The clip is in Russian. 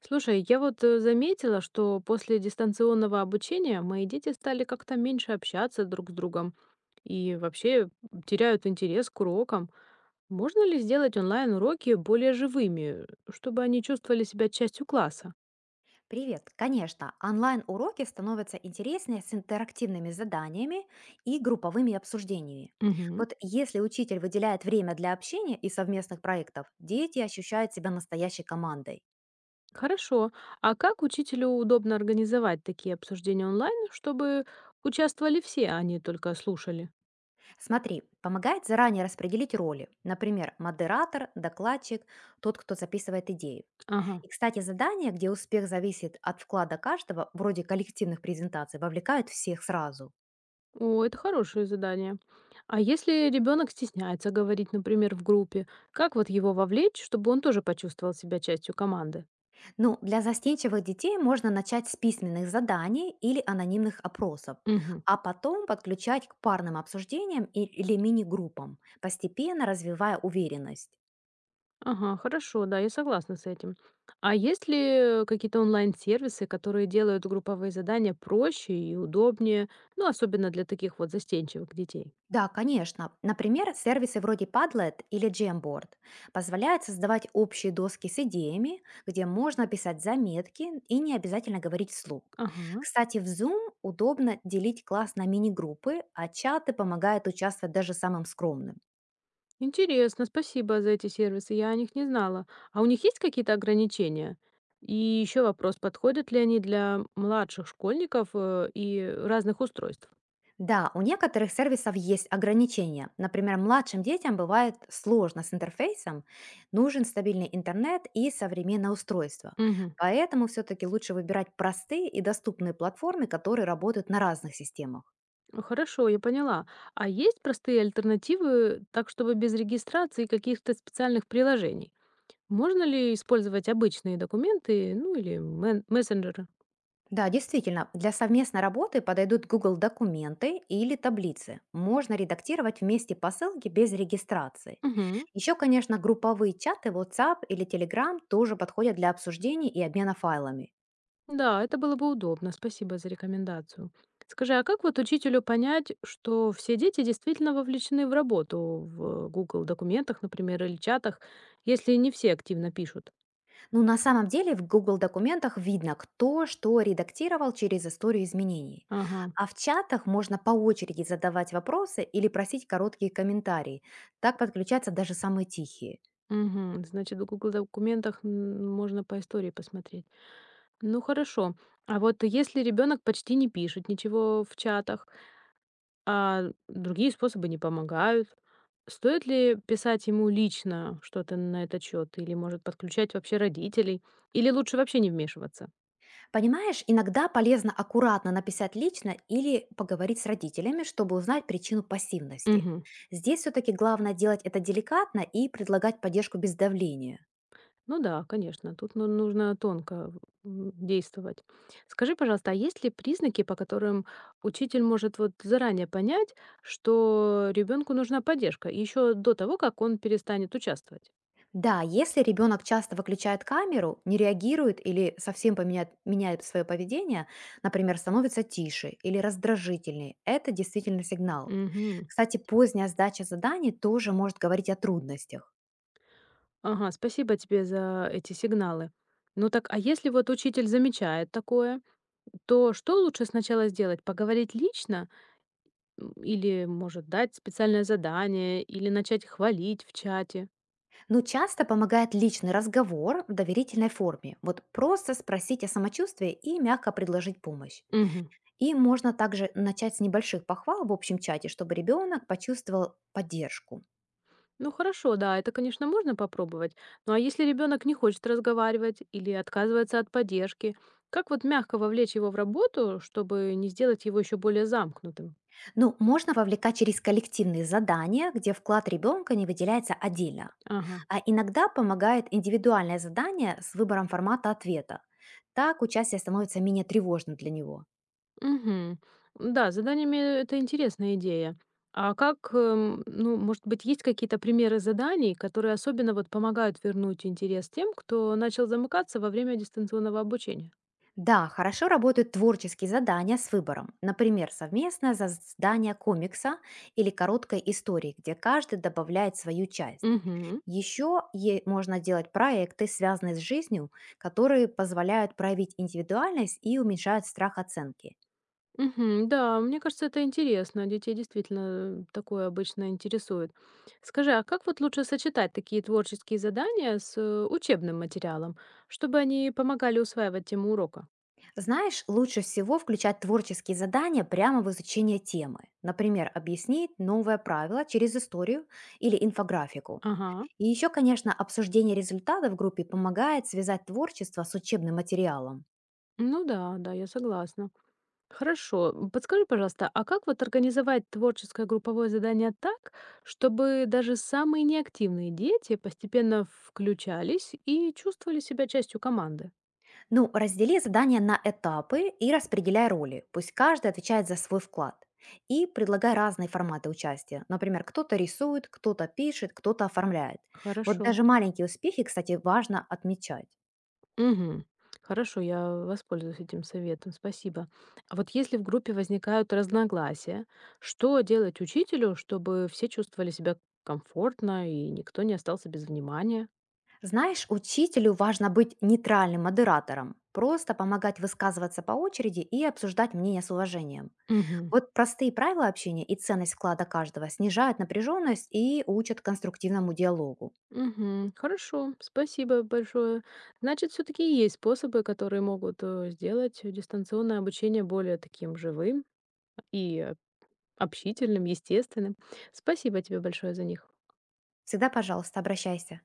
Слушай, я вот заметила, что после дистанционного обучения мои дети стали как-то меньше общаться друг с другом и вообще теряют интерес к урокам. Можно ли сделать онлайн-уроки более живыми, чтобы они чувствовали себя частью класса? Привет! Конечно, онлайн-уроки становятся интереснее с интерактивными заданиями и групповыми обсуждениями. Мгм. Вот если учитель выделяет время для общения и совместных проектов, дети ощущают себя настоящей командой. Хорошо. А как учителю удобно организовать такие обсуждения онлайн, чтобы участвовали все, а не только слушали? Смотри, помогает заранее распределить роли, например, модератор, докладчик, тот, кто записывает идеи. Ага. И, кстати, задания, где успех зависит от вклада каждого, вроде коллективных презентаций, вовлекают всех сразу. О, это хорошее задание. А если ребенок стесняется говорить, например, в группе, как вот его вовлечь, чтобы он тоже почувствовал себя частью команды? Ну, для застенчивых детей можно начать с письменных заданий или анонимных опросов, Мгм. а потом подключать к парным обсуждениям или мини-группам, постепенно развивая уверенность. Ага, хорошо, да, я согласна с этим. А есть ли какие-то онлайн-сервисы, которые делают групповые задания проще и удобнее, ну, особенно для таких вот застенчивых детей? Да, конечно. Например, сервисы вроде Padlet или Jamboard позволяют создавать общие доски с идеями, где можно писать заметки и не обязательно говорить вслух. Ага. Кстати, в Zoom удобно делить класс на мини-группы, а чаты помогают участвовать даже самым скромным. Интересно, спасибо за эти сервисы, я о них не знала. А у них есть какие-то ограничения? И еще вопрос, подходят ли они для младших школьников и разных устройств? Да, у некоторых сервисов есть ограничения. Например, младшим детям бывает сложно с интерфейсом, нужен стабильный интернет и современное устройство. Мгм. Поэтому все-таки лучше выбирать простые и доступные платформы, которые работают на разных системах. Хорошо, я поняла. А есть простые альтернативы, так чтобы без регистрации и каких-то специальных приложений? Можно ли использовать обычные документы, ну или мессенджеры? Да, действительно, для совместной работы подойдут Google документы или таблицы. Можно редактировать вместе посылки без регистрации. Мгм. Еще, конечно, групповые чаты WhatsApp или Telegram тоже подходят для обсуждений и обмена файлами. Да, это было бы удобно. Спасибо за рекомендацию. Скажи, а как вот учителю понять, что все дети действительно вовлечены в работу в Google документах, например, или чатах, если не все активно пишут? Ну, на самом деле в Google документах видно, кто что редактировал через историю изменений. Ага. А в чатах можно по очереди задавать вопросы или просить короткие комментарии. Так подключаются даже самые тихие. Мгм. Значит, в Google документах можно по истории посмотреть. Ну хорошо. А вот если ребенок почти не пишет ничего в чатах, а другие способы не помогают. Стоит ли писать ему лично что-то на этот счет? Или, может, подключать вообще родителей? Или лучше вообще не вмешиваться? Понимаешь, иногда полезно аккуратно написать лично или поговорить с родителями, чтобы узнать причину пассивности. Мгм. Здесь все-таки главное делать это деликатно и предлагать поддержку без давления. Ну да, конечно, тут нужно тонко действовать. Скажи, пожалуйста, а есть ли признаки, по которым учитель может вот заранее понять, что ребенку нужна поддержка еще до того, как он перестанет участвовать? Да, если ребенок часто выключает камеру, не реагирует или совсем меняет свое поведение, например, становится тише или раздражительнее, это действительно сигнал. Мгм. Кстати, поздняя сдача заданий тоже может говорить о трудностях. Ага, спасибо тебе за эти сигналы. Ну так, а если вот учитель замечает такое, то что лучше сначала сделать? Поговорить лично? Или, может, дать специальное задание? Или начать хвалить в чате? Но часто помогает личный разговор в доверительной форме. Вот просто спросить о самочувствии и мягко предложить помощь. Мгм. И можно также начать с небольших похвал в общем чате, чтобы ребенок почувствовал поддержку. Ну хорошо, да, это, конечно, можно попробовать. Ну а если ребенок не хочет разговаривать или отказывается от поддержки, как вот мягко вовлечь его в работу, чтобы не сделать его еще более замкнутым? Ну, можно вовлекать через коллективные задания, где вклад ребенка не выделяется отдельно. Ага. А иногда помогает индивидуальное задание с выбором формата ответа. Так участие становится менее тревожным для него. Мгм. Да, с заданиями это интересная идея. А как, ну, может быть, есть какие-то примеры заданий, которые особенно вот помогают вернуть интерес тем, кто начал замыкаться во время дистанционного обучения? Да, хорошо работают творческие задания с выбором. Например, совместное создание комикса или короткой истории, где каждый добавляет свою часть. Мгм. Еще можно делать проекты, связанные с жизнью, которые позволяют проявить индивидуальность и уменьшают страх оценки. Мгм. Да, мне кажется, это интересно. Детей действительно такое обычно интересует. Скажи, а как вот лучше сочетать такие творческие задания с учебным материалом, чтобы они помогали усваивать тему урока? Знаешь, лучше всего включать творческие задания прямо в изучение темы. Например, объяснить новое правило через историю или инфографику. Ага. И еще, конечно, обсуждение результатов в группе помогает связать творчество с учебным материалом. Ну да, да, я согласна. Хорошо. Подскажи, пожалуйста, а как вот организовать творческое групповое задание так, чтобы даже самые неактивные дети постепенно включались и чувствовали себя частью команды? Ну, раздели задания на этапы и распределяй роли. Пусть каждый отвечает за свой вклад. И предлагай разные форматы участия. Например, кто-то рисует, кто-то пишет, кто-то оформляет. Вот Хорошо. даже маленькие успехи, кстати, важно отмечать. Мгм. Хорошо, я воспользуюсь этим советом. Спасибо. А вот если в группе возникают разногласия, что делать учителю, чтобы все чувствовали себя комфортно и никто не остался без внимания? Знаешь, учителю важно быть нейтральным модератором, просто помогать высказываться по очереди и обсуждать мнения с уважением. Мгм. Вот простые правила общения и ценность вклада каждого снижают напряженность и учат конструктивному диалогу. Мгм. Хорошо, спасибо большое. Значит, все-таки есть способы, которые могут сделать дистанционное обучение более таким живым и общительным, естественным. Спасибо тебе большое за них. Всегда, пожалуйста, обращайся.